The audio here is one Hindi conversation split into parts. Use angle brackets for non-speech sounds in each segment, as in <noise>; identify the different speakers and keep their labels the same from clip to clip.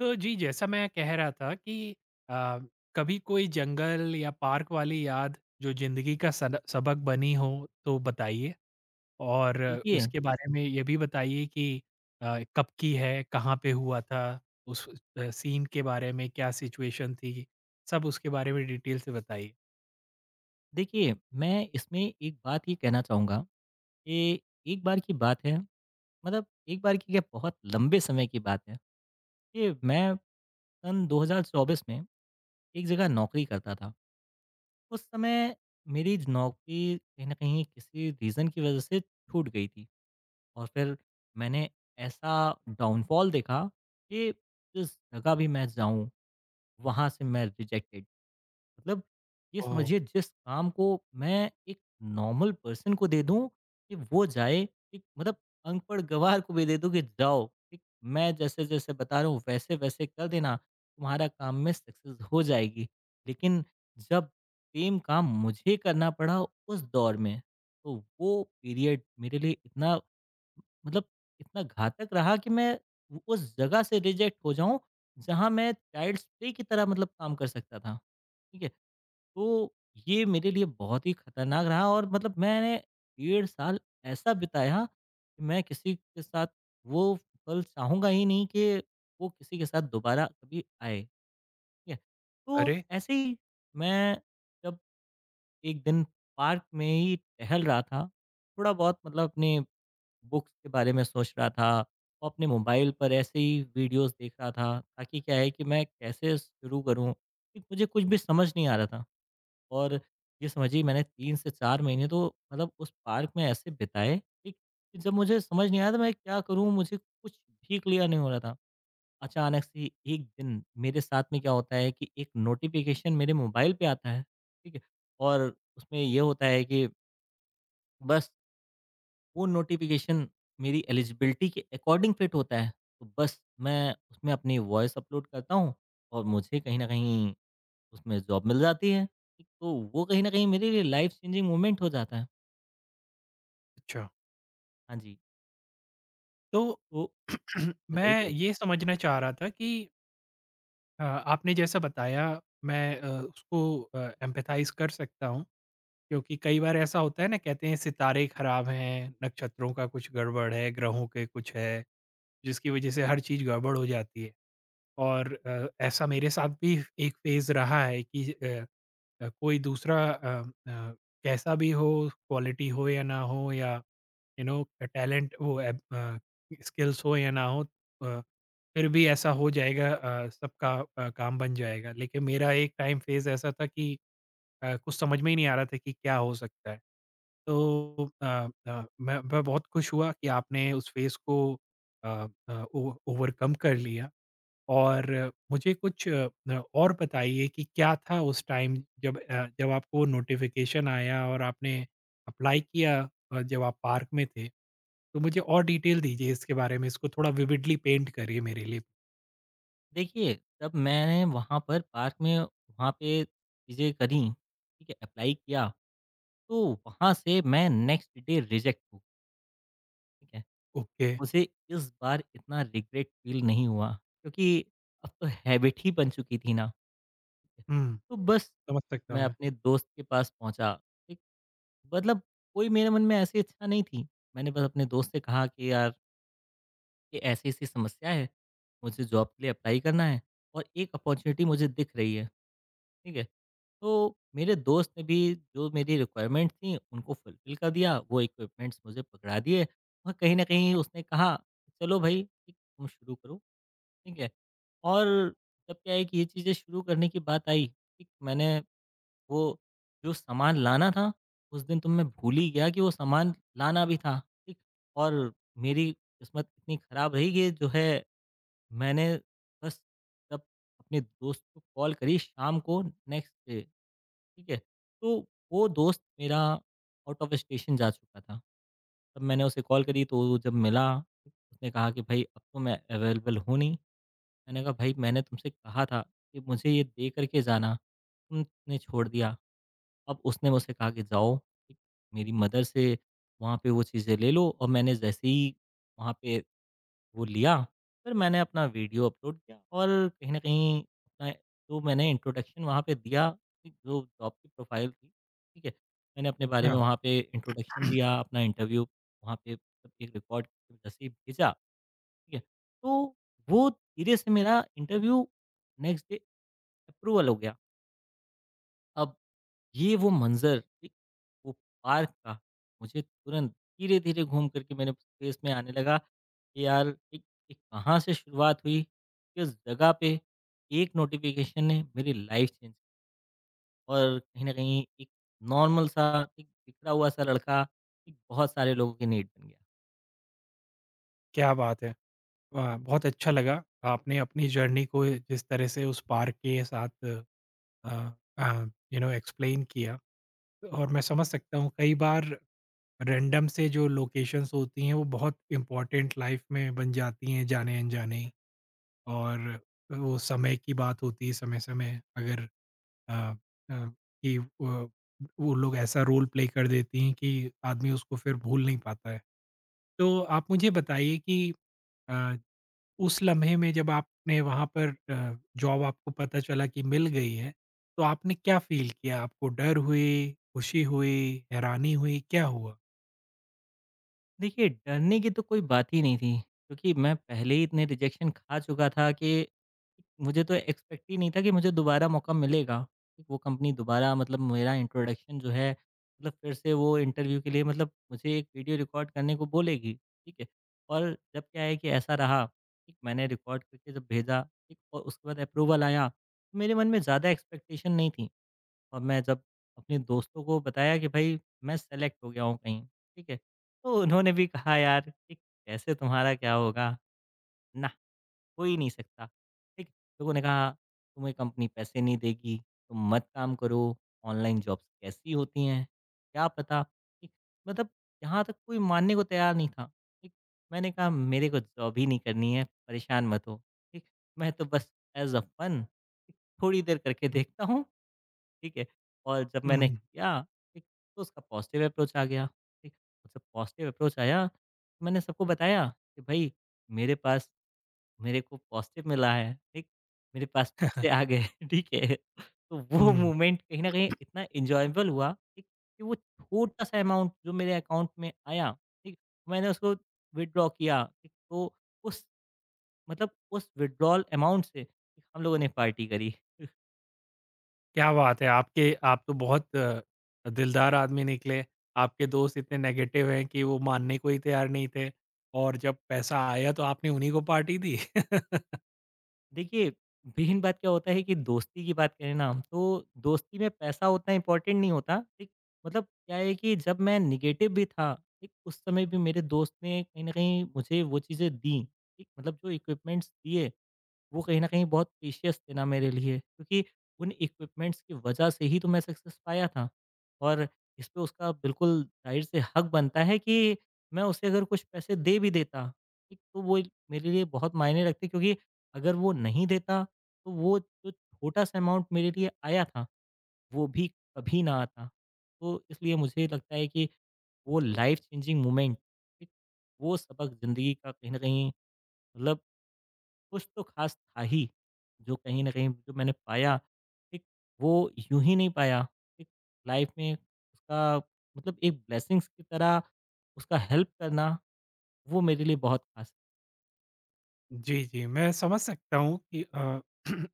Speaker 1: तो जी, जैसा मैं कह रहा था कि अ, कभी कोई जंगल या पार्क वाली याद जो ज़िंदगी का सन सबक बनी हो तो बताइए? और
Speaker 2: देखिए
Speaker 1: इसके बारे में ये भी बताइए कि कब की है? कहाँ पे हुआ था? उस सीन के बारे में क्या सिचुएशन थी? सब उसके बारे में डिटेल से बताइए।
Speaker 2: देखिए, मैं इसमें एक बात ये कहना चाहूँगा कि एक बार की बात है, मतलब एक बार की क्या बहुत लंबे समय की बात है कि मैं सन 2024 में एक जगह नौकरी करता था। उस समय मेरी नौकरी कहीं न कहीं किसी रीज़न की वज़ह से छूट गई थी और फिर मैंने ऐसा डाउनफॉल देखा कि जिस जगह भी मैं जाऊँ, वहाँ से मैं रिजेक्टेड। मतलब ये
Speaker 1: ओह!
Speaker 2: समझिए जिस काम को मैं एक नॉर्मल पर्सन को दे दूं कि वो जाए, एक मतलब अनपढ़ गवार को भी दे दूं कि जाओ ठीक, मैं जैसे जैसे बता रहा हूँ वैसे वैसे कर देना, तुम्हारा काम में सक्सेस हो जाएगी। लेकिन जब सेम काम मुझे करना पड़ा उस दौर में, तो वो पीरियड मेरे लिए इतना मतलब इतना घातक रहा कि मैं उस जगह से रिजेक्ट हो जाऊं जहां मैं चाइल्ड प्ले की तरह मतलब काम कर सकता था। ठीक है, तो ये मेरे लिए बहुत ही खतरनाक रहा और मतलब मैंने 1.5 साल ऐसा बिताया कि मैं किसी के साथ वो पल चाहूँगा ही नहीं कि वो किसी के साथ दोबारा कभी आए, ठीक है? तो
Speaker 1: अरे!
Speaker 2: ऐसे ही मैं जब एक दिन पार्क में ही टहल रहा था, थोड़ा बहुत मतलब अपने बुक्स के बारे में सोच रहा था और अपने मोबाइल पर ऐसे ही वीडियोज़ देख रहा था ताकि क्या है कि मैं कैसे शुरू करूँ? कि मुझे कुछ भी समझ नहीं आ रहा था। और ये समझिए मैंने 3 से 4 महीने तो मतलब उस पार्क में ऐसे बिताए, ठीक, कि जब मुझे समझ नहीं आया था मैं क्या करूँ? मुझे कुछ भी क्लियर नहीं हो रहा था। अचानक से ही एक दिन मेरे साथ में क्या होता है कि एक नोटिफ़िकेशन मेरे मोबाइल पे आता है, ठीक है? और उसमें ये होता है कि बस वो नोटिफ़िकेशन मेरी एलिजिबिलिटी के अकॉर्डिंग फिट होता है। तो बस मैं उसमें अपनी वॉइस अपलोड करता हूँ और मुझे कहीं न कहीं उसमें जॉब मिल जाती है। ठीक, तो वो कहीं न कहीं मेरे लिए लाइफ़ चेंजिंग मोमेंट हो जाता है।
Speaker 1: अच्छा।
Speaker 2: हाँ जी,
Speaker 1: तो
Speaker 2: तो
Speaker 1: <clears throat>
Speaker 2: बताइए,
Speaker 1: मैं
Speaker 2: बताइए।
Speaker 1: ये समझना चाह रहा था कि आपने जैसा बताया मैं उसको एम्पैथाइज़ कर सकता हूँ। क्योंकि कई बार ऐसा होता है ना, कहते हैं सितारे खराब हैं, नक्षत्रों का कुछ गड़बड़ है, ग्रहों के कुछ है, जिसकी वज़ह से हर चीज़ गड़बड़ हो जाती है। और ऐसा मेरे साथ भी एक फ़ेज़ रहा है कि कोई दूसरा अ, कैसा भी हो, क्वालिटी हो या ना हो, या यू नो टैलेंट, वो स्किल्स हो या ना हो, फिर भी ऐसा हो जाएगा, सबका काम बन जाएगा। लेकिन मेरा एक टाइम फ़ेज़ ऐसा था कि कुछ समझ में ही नहीं आ रहा था कि क्या हो सकता है? तो मैं बहुत खुश हुआ कि आपने उस फ़ेज़ को अ ओ ओवरकम कर लिया और मुझे कुछ और बताइए कि क्या था उस टाइम, जब जब आपको नोटिफ़िकेशन आया और आपने अप्लाई किया, जब आप पार्क में थे, तो मुझे और डिटेल दीजिए इसके बारे में, इसको थोड़ा विविडली पेंट करिए मेरे लिए।
Speaker 2: देखिए, जब मैंने वहाँ पर पार्क में वहाँ पे चीज़ें करी, ठीक है, एप्लाई किया, तो वहाँ से मैं नेक्स्ट डे रिजेक्ट हूँ, ठीक है।
Speaker 1: ओके।
Speaker 2: मुझे इस बार इतना रिग्रेट फ़ील नहीं हुआ क्योंकि अब तो हैबिट ही बन चुकी थी ना। ठीक है,
Speaker 1: हुँ,
Speaker 2: तो बस
Speaker 1: समझ सकता हूँ
Speaker 2: मैं
Speaker 1: मैं।
Speaker 2: अपने दोस्त के पास पहुँचा, ठीक, मतलब कोई मेरे मन में ऐसी इच्छा नहीं थी। मैंने बस अपने दोस्त से कहा कि यार कि ऐसी-ऐसी समस्या है, मुझे जॉब के लिए अप्लाई करना है और एक अपॉर्चुनिटी मुझे दिख रही है, ठीक है? तो मेरे दोस्त ने भी जो मेरी रिक्वायरमेंट थी उनको फुलफ़िल कर दिया, वो इक्विपमेंट्स मुझे पकड़ा दिए और कहीं न कहीं उसने कहा, "चलो भाई, ठीक तुम शुरू करो।" ठीक है? और तब क्या है कि ये चीज़ें शुरू करने की बात आई, ठीक, मैंने वो जो सामान लाना था, उस दिन तो मैं भूल ही गया कि वो सामान लाना भी था, ठीक? और मेरी किस्मत इतनी खराब रही कि जो है मैंने बस तब अपने दोस्त को कॉल करी शाम को नेक्स्ट डे, ठीक है? तो वो दोस्त मेरा आउट ऑफ स्टेशन जा चुका था। तब मैंने उसे कॉल करी तो वो जब मिला, उसने कहा कि भाई अब तो मैं अवेलेबल हूँ नहीं। मैंने कहा भाई मैंने तुमसे कहा था कि मुझे ये दे कर के जाना, तुमने छोड़ दिया। अब उसने मुझसे कहा कि जाओ, ठीक, मेरी मदर से वहाँ पे वो चीज़ें ले लो और मैंने जैसे ही वहाँ पे वो लिया, फिर मैंने अपना वीडियो अपलोड किया और कहीं न कहीं अपना जो मैंने इंट्रोडक्शन वहाँ पे दिया, एक जो जॉब की प्रोफ़ाइल थी, ठीक है? मैंने अपने बारे
Speaker 1: हाँ,
Speaker 2: में वहाँ पे इंट्रोडक्शन दिया, अपना इंटरव्यू वहाँ पे सब एक रिकॉर्ड जैसे ही भेजा, ठीक है? तो वो धीरे से मेरा इंटरव्यू नेक्स्ट डे अप्रूवल हो गया। अब ये वो मंज़र, एक वो पार्क का, मुझे तुरंत धीरे-धीरे घूम कर के मेरे फेस में आने लगा कि यार एक एक कहाँ से शुरुआत हुई, किस जगह पे एक नोटिफ़िकेशन ने मेरी लाइफ़ चेंज और कहीं न कहीं एक नॉर्मल सा, एक बिखरा हुआ सा लड़का, एक बहुत सारे लोगों की नीड बन गया।
Speaker 1: क्या बात है! वाह! बहुत अच्छा लगा, आपने अपनी जर्नी को जिस तरह से उस पार्क के साथ uh uh, you know explain किया। और मैं समझ सकता हूँ, कई बार रैंडम से जो लोकेशंस होती हैं वो बहुत इम्पोर्टेंट लाइफ में बन जाती हैं, जाने अनजाने ही। और वो समय की बात होती है, समय समय अगर अ, अ, कि वो लोग ऐसा रोल प्ले कर देती हैं कि आदमी उसको फिर भूल नहीं पाता है। तो आप मुझे बताइए कि अ, उस लम्हे में, जब आपने वहाँ पर जॉब आपको पता चला कि मिल गई है, तो आपने क्या फ़ील किया? आपको डर हुई, खुशी हुई, हैरानी हुई, क्या हुआ?
Speaker 2: देखिए, डरने की तो कोई बात ही नहीं थी, क्योंकि मैं पहले ही इतने रिजेक्शन खा चुका था कि मुझे तो एक्सपेक्ट ही नहीं था कि मुझे दोबारा मौका मिलेगा। कि वो कंपनी दोबारा मतलब मेरा इंट्रोडक्शन जो है मतलब फिर से वो इंटरव्यू के लिए मतलब मुझे एक वीडियो रिकॉर्ड करने को बोलेगी, ठीक है? और जब क्या है कि ऐसा रहा, ठीक मैंने रिकॉर्ड करके जब भेजा, ठीक और उसके बाद अप्रूवल आया, तो मेरे मन में ज़्यादा एक्सपेक्टेशन नहीं थी। और मैं जब अपने दोस्तों को बताया कि भाई मैं सेलेक्ट हो गया हूँ कहीं, ठीक है? तो उन्होंने भी कहा यार कि कैसे तुम्हारा क्या होगा? ना, हो ही नहीं सकता, ठीक? लोगों ने कहा तुम्हें कंपनी पैसे नहीं देगी, तुम मत काम करो, ऑनलाइन जॉब्स कैसी होती हैं, क्या पता? ठीक? मतलब यहाँ तक कोई मानने को तैयार नहीं था, ठीक? मैंने कहा मेरे को जॉब ही नहीं करनी है, परेशान मत हो, ठीक? मैं तो बस ऐज़ अ फन थोड़ी देर करके देखता हूँ, ठीक है? और जब
Speaker 1: हुँ,
Speaker 2: मैंने
Speaker 1: हुँ,
Speaker 2: किया, ठीक, तो उसका पॉज़िटिव अप्रोच आ गया, ठीक? और जब पॉज़िटिव अप्रोच आया, तो मैंने सबको बताया कि भई मेरे पास मेरे को पॉज़िटिव मिला है, ठीक? मेरे पास पैसे आ गए, <laughs> ठीक है? तो वो
Speaker 1: हुँ।
Speaker 2: मोमेंट कहीं न कहीं इतना एन्जॉयबल हुआ, ठीक? कि वो छोटा-सा अमाउंट जो मेरे अकाउंट में आया, ठीक? मैंने उसको विथड्रॉ किया, ठीक? तो उस मतलब उस विथड्रॉल अमाउंट से हम लोगों ने पार्टी करी।
Speaker 1: क्या बात है! आपके आप तो बहुत दिलदार आदमी निकले। आपके दोस्त इतने नेगेटिव हैं कि वो मानने को ही तैयार नहीं थे, और जब पैसा आया तो आपने उन्हीं को पार्टी दी। <laughs>
Speaker 2: देखिए, बेहिन बात क्या होता है कि दोस्ती की बात करें ना हम, तो दोस्ती में पैसा उतना इम्पोर्टेंट नहीं होता, ठीक? मतलब क्या है कि जब मैं नेगेटिव भी था, ठीक? उस समय भी मेरे दोस्त ने कहीं न कहीं मुझे वो चीज़ें दी, ठीक? मतलब जो इक्विपमेंट्स दिए वो कहीं न कहीं बहुत प्रीशियस थे ना मेरे लिए क्योंकि उन इक्विपमेंट्स की वजह से ही तो मैं सक्सेस पाया था। और इस पे उसका बिल्कुल ज़ाहिर से हक बनता है कि मैं उसे अगर कुछ पैसे दे भी देता, ठीक, तो वो मेरे लिए बहुत मायने रखते क्योंकि अगर वो नहीं देता, तो वो जो छोटा-सा अमाउंट मेरे लिए आया था, वो भी कभी ना आता। तो इसलिए मुझे लगता है कि वो लाइफ़ चेंजिंग मोमेंट, ठीक, वो सबक ज़िंदगी का कहीं न कहीं मतलब कुछ तो खास था ही, जो कहीं न कहीं जो मैंने पाया, ठीक, वो यूँ ही नहीं पाया, ठीक। लाइफ में उसका मतलब एक ब्लेसिंग्स की तरह उसका हेल्प करना, वो मेरे लिए बहुत खास है।
Speaker 1: जी, जी। मैं समझ सकता हूँ कि <clears throat>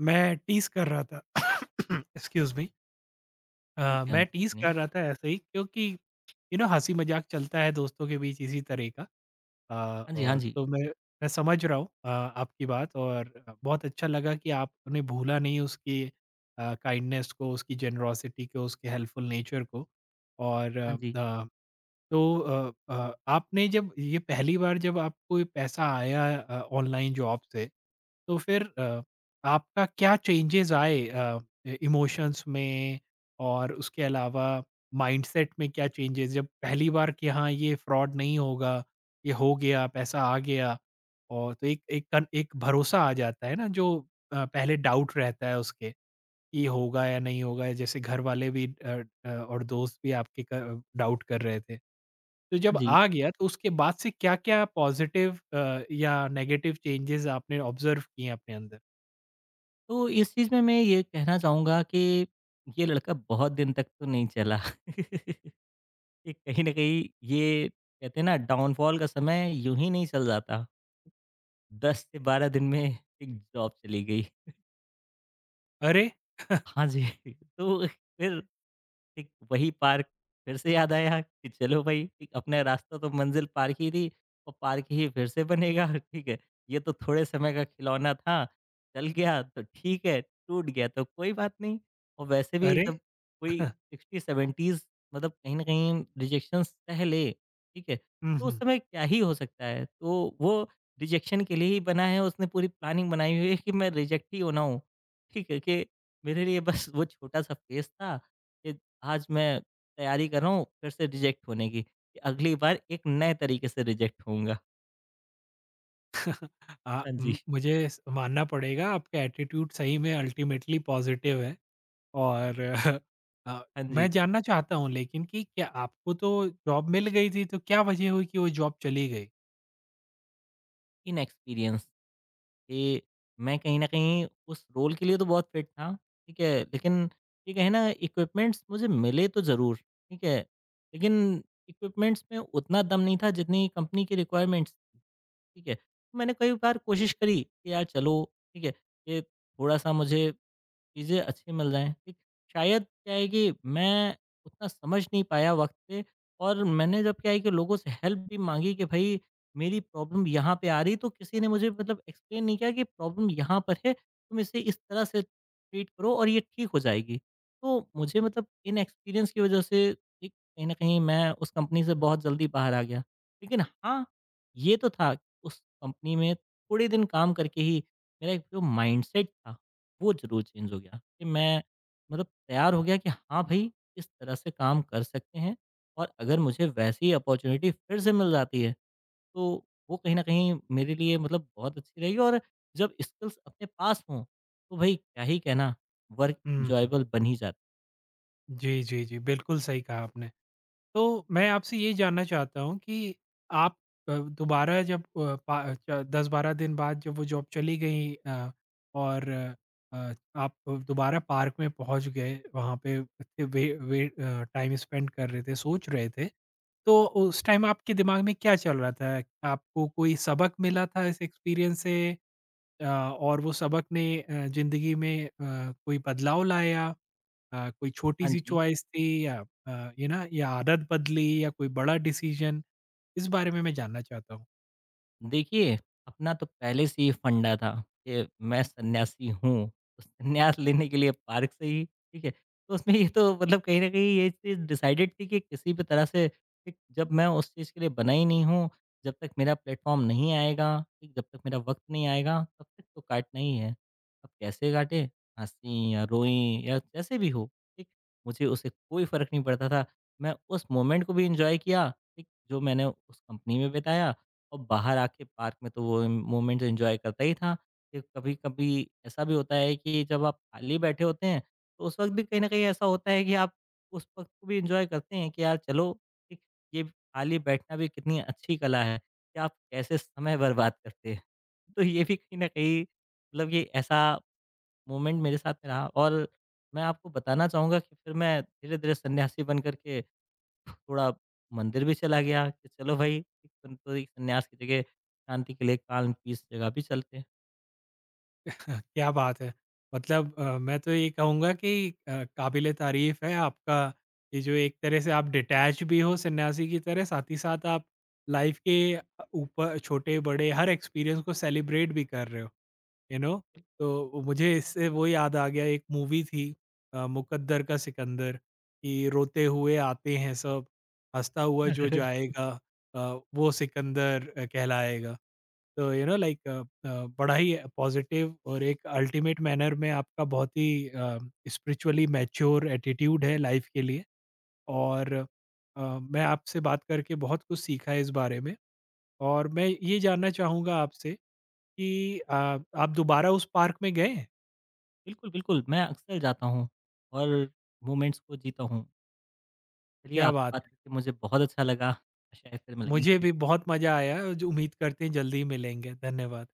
Speaker 1: मैं टीज़ कर रहा था। <coughs> Excuse me.
Speaker 2: हाँ जी, हाँ जी।
Speaker 1: मैं टीज़
Speaker 2: कि नहीं?
Speaker 1: कर रहा था ऐसे ही, क्योंकि यू नो हँसी मज़ाक चलता है दोस्तों के बीच इसी तरह का।
Speaker 2: हाँ जी, हाँ
Speaker 1: और
Speaker 2: जी।
Speaker 1: तो मैं समझ रहा हूँ आपकी बात, और बहुत अच्छा लगा कि आपने भूला नहीं उसकी काइंडनेस को, उसकी जेनरॉसिटी को, उसके हेल्पफुल नेचर को। और
Speaker 2: हाँ जी,
Speaker 1: अ, तो आपने जब ये पहली बार जब आपको ये पैसा आया, ऑनलाइन जॉब से, तो फिर आपका क्या चेंजेज़ आए इमोशंस में और उसके अलावा माइंडसेट में क्या चेंजेस? जब पहली बार कि हाँ, ये फ्रॉड नहीं होगा, ये हो गया, पैसा आ गया, और तो एक एक कन एक भरोसा आ जाता है ना, जो पहले डाउट रहता है उसके कि ये होगा या नहीं होगा, जैसे घर वाले भी और दोस्त भी आपके क डाउट कर रहे थे। तो जब
Speaker 2: हाँ जी।
Speaker 1: आ गया तो उसके बाद से क्या-क्या पॉज़िटिव या नेगेटिव चेंजेज़ आपने ऑब्ज़र्व किए अपने अंदर?
Speaker 2: तो इस चीज़ में मैं ये कहना चाहूँगा कि ये लड़का बहुत दिन तक तो नहीं चला। <laughs> ये कहीं न कहीं ये कहते हैं ना डाउनफॉल का समय यूँ ही नहीं चल जाता। 10 से 12 दिन में एक जॉब चली गई।
Speaker 1: अरे!
Speaker 2: हाँ जी। <laughs> तो फिर एक वही पार्क फिर से याद आया कि चलो भई एक अपना रास्ता तो मंज़िल पार्क ही थी और पार्क ही फिर से बनेगा, ठीक है? ये तो थोड़े समय का खिलौना था, चल गया तो ठीक है, टूट गया तो कोई बात नहीं। और वैसे भी
Speaker 1: अरे!
Speaker 2: जब कोई
Speaker 1: <laughs>
Speaker 2: 60-70s मतलब कहीं न कहीं रिजेक्शन सह ले, ठीक है?
Speaker 1: हुँ,
Speaker 2: तो उस
Speaker 1: हुँ।
Speaker 2: समय क्या ही हो सकता है? तो वो रिजेक्शन के लिए ही बना है, उसने पूरी प्लानिंग बनाई हुई है कि मैं रिजेक्ट ही होना हूँ, ठीक है? कि मेरे लिए बस वो छोटा-सा फेज़ था कि आज मैं तैयारी कर रहा हूँ फिर से रिजेक्ट होने की, कि अगली बार एक नए तरीके से रिजेक्ट होऊँगा। हाँ जी।
Speaker 1: म मुझे स मानना पड़ेगा, आपका एटीट्यूड सही में अल्टीमेटली पॉज़िटिव है। और <laughs> अ,
Speaker 2: हाँ जी,
Speaker 1: मैं जानना चाहता हूँ लेकिन कि क्या, आपको तो जॉब मिल गई थी, तो क्या वजह हुई कि वो जॉब चली गई?
Speaker 2: इनएक्सपीरियंस कि मैं कहीं न कहीं उस रोल के लिए तो बहुत फिट था, ठीक है? लेकिन ये कहे ना इक्विपमेंट्स मुझे मिले तो ज़रूर, ठीक है? लेकिन इक्विपमेंट्स में उतना दम नहीं था जितनी कंपनी की रिक्वायरमेंट्स थी, ठीक है? मैंने कई बार कोशिश करी कि यार चलो, ठीक है? ये थोड़ा-सा मुझे चीज़ें अच्छी मिल जाएँ, ठीक? शायद क्या है कि मैं उतना समझ नहीं पाया वक़्त पे और मैंने जब क्या है कि लोगों से हेल्प भी माँगी कि भई मेरी प्रॉब्लम यहाँ पे आ रही तो किसी ने मुझे मतलब एक्सप्लेन नहीं किया कि प्रॉब्लम यहाँ पर है, तुम इसे इस तरह से ट्रीट करो और ये ठीक हो जाएगी। तो मुझे मतलब इनएक्सपीरियंस की वज़ह से एक कहीं न कहीं मैं उस कंपनी से बहुत जल्दी बाहर आ गया। लेकिन हाँ, ये तो था कि उस कंपनी में थोड़े दिन काम करके ही मेरा एक जो माइंडसेट था वो ज़रूर चेंज हो गया कि मैं मतलब तैयार हो गया कि हाँ भाई, इस तरह से काम कर सकते हैं और अगर मुझे वैसी अपॉर्च्युनिटी फिर से मिल जाती है, तो वो कहीं न कहीं मेरे लिए मतलब बहुत अच्छी रहेगी और जब स्किल्स अपने पास हों, तो भाई क्या ही कहना, वर्क
Speaker 1: हुँ।
Speaker 2: एन्जॉयबल बन ही जाता है।
Speaker 1: जी, जी, जी। बिल्कुल सही कहा आपने। तो मैं आपसे ये जानना चाहता हूँ कि आप दोबारा जब पा च 10-12 दिन बाद जब वो जॉब चली गई, और अ, आप दोबारा पार्क में पहुँच गए, वहाँ पे थे- वे वे टाइम स्पेंड कर रहे थे, सोच रहे थे, तो उस टाइम आपके दिमाग में क्या चल रहा था? आपको कोई सबक मिला था इस एक्सपीरियंस से? और वो सबक ने ज़िंदगी में कोई बदलाव लाया, कोई
Speaker 2: हाँ
Speaker 1: छोटी-सी
Speaker 2: जी।
Speaker 1: चॉइस थी या ये ना या आदत बदली या कोई बड़ा डिसीज़न, इस बारे में मैं जानना चाहता हूँ।
Speaker 2: देखिए, अपना तो पहले से ही फंडा था कि मैं सन्यासी हूँ, तो सन्यास लेने के लिए पार्क से ही ठीक है, तो उसमें ये तो मतलब कहीं न कहीं ये चीज़ डिसाइडेड थी कि किसी भी तरह से ठीक जब मैं उस चीज़ के लिए बना ही नहीं हूँ, जब तक मेरा प्लेटफ़ॉर्म नहीं आएगा, ठीक जब तक मेरा वक़्त नहीं आएगा, तब तक तो काटना ही है। अब कैसे काटें? हँसी या रोएँ या जैसे भी हो, ठीक? मुझे उससे कोई फ़र्क नहीं पड़ता था। मैं उस मोमेंट को भी एन्जॉय किया, ठीक? जो मैंने उस कंपनी में बिताया और बाहर आके पार्क में तो वो मोमेंट्स एंजॉय करता ही था। फिर कभी-कभी ऐसा भी होता है कि जब आप खाली बैठे होते हैं, तो उस वक़्त भी कहीं न कहीं ऐसा होता है कि आप उस वक़्त को भी एंजॉय करते हैं कि यार चलो, एक ये खाली बैठना भी कितनी अच्छी कला है कि आप कैसे समय बर्बाद करते हैं। <laughs> तो ये भी कहीं न कहीं मतलब ये ऐसा मोमेंट मेरे साथ में रहा और मैं आपको बताना चाहूँगा कि फिर मैं धीरे-धीरे सन्यासी बन कर के थोड़ा मंदिर भी चला गया कि चलो भाई एक संतोरी संन्यास की जगह शांति के लिए काल्म पीस जगह भी चलते हैं।
Speaker 1: क्या बात है! मतलब मैं तो ये कहूँगा कि काबिल-ए-तारीफ़ है आपका, कि जो एक तरह से आप डिटैच भी हो सन्यासी की तरह, साथ ही साथ आप लाइफ़ के ऊपर छोटे-बड़े हर एक्सपीरियंस को सेलिब्रेट भी कर रहे हो, यू नो। तो मुझे इससे वो याद आ गया, एक मूवी थी, मुकद्दर का सिकंदर, कि रोते हुए आते हैं सब, हँसता हुआ जो जाएगा अ, वो सिकंदर कहलाएगा। तो यू नो लाइक बड़ा ही पॉज़िटिव और एक अल्टीमेट मैनर में आपका बहुत ही स्पिरिचुअली मैच्योर एटीट्यूड है लाइफ़ के लिए। और मैं आपसे बात करके बहुत कुछ सीखा है इस बारे में, और मैं ये जानना चाहूँगा आपसे कि आप दोबारा उस पार्क में गए? हैं?
Speaker 2: बिल्कुल, बिल्कुल, मैं अक्सर जाता हूँ और मोमेंट्स को जीता हूँ। चलिए
Speaker 1: क्या
Speaker 2: आपसे
Speaker 1: बात
Speaker 2: बात
Speaker 1: है!
Speaker 2: करके मुझे बहुत अच्छा लगा। शायद फिर
Speaker 1: मुझे
Speaker 2: मिलेंगे।
Speaker 1: भी बहुत मज़ा आया, और जो उम्मीद करते हैं जल्दी ही मिलेंगे। धन्यवाद।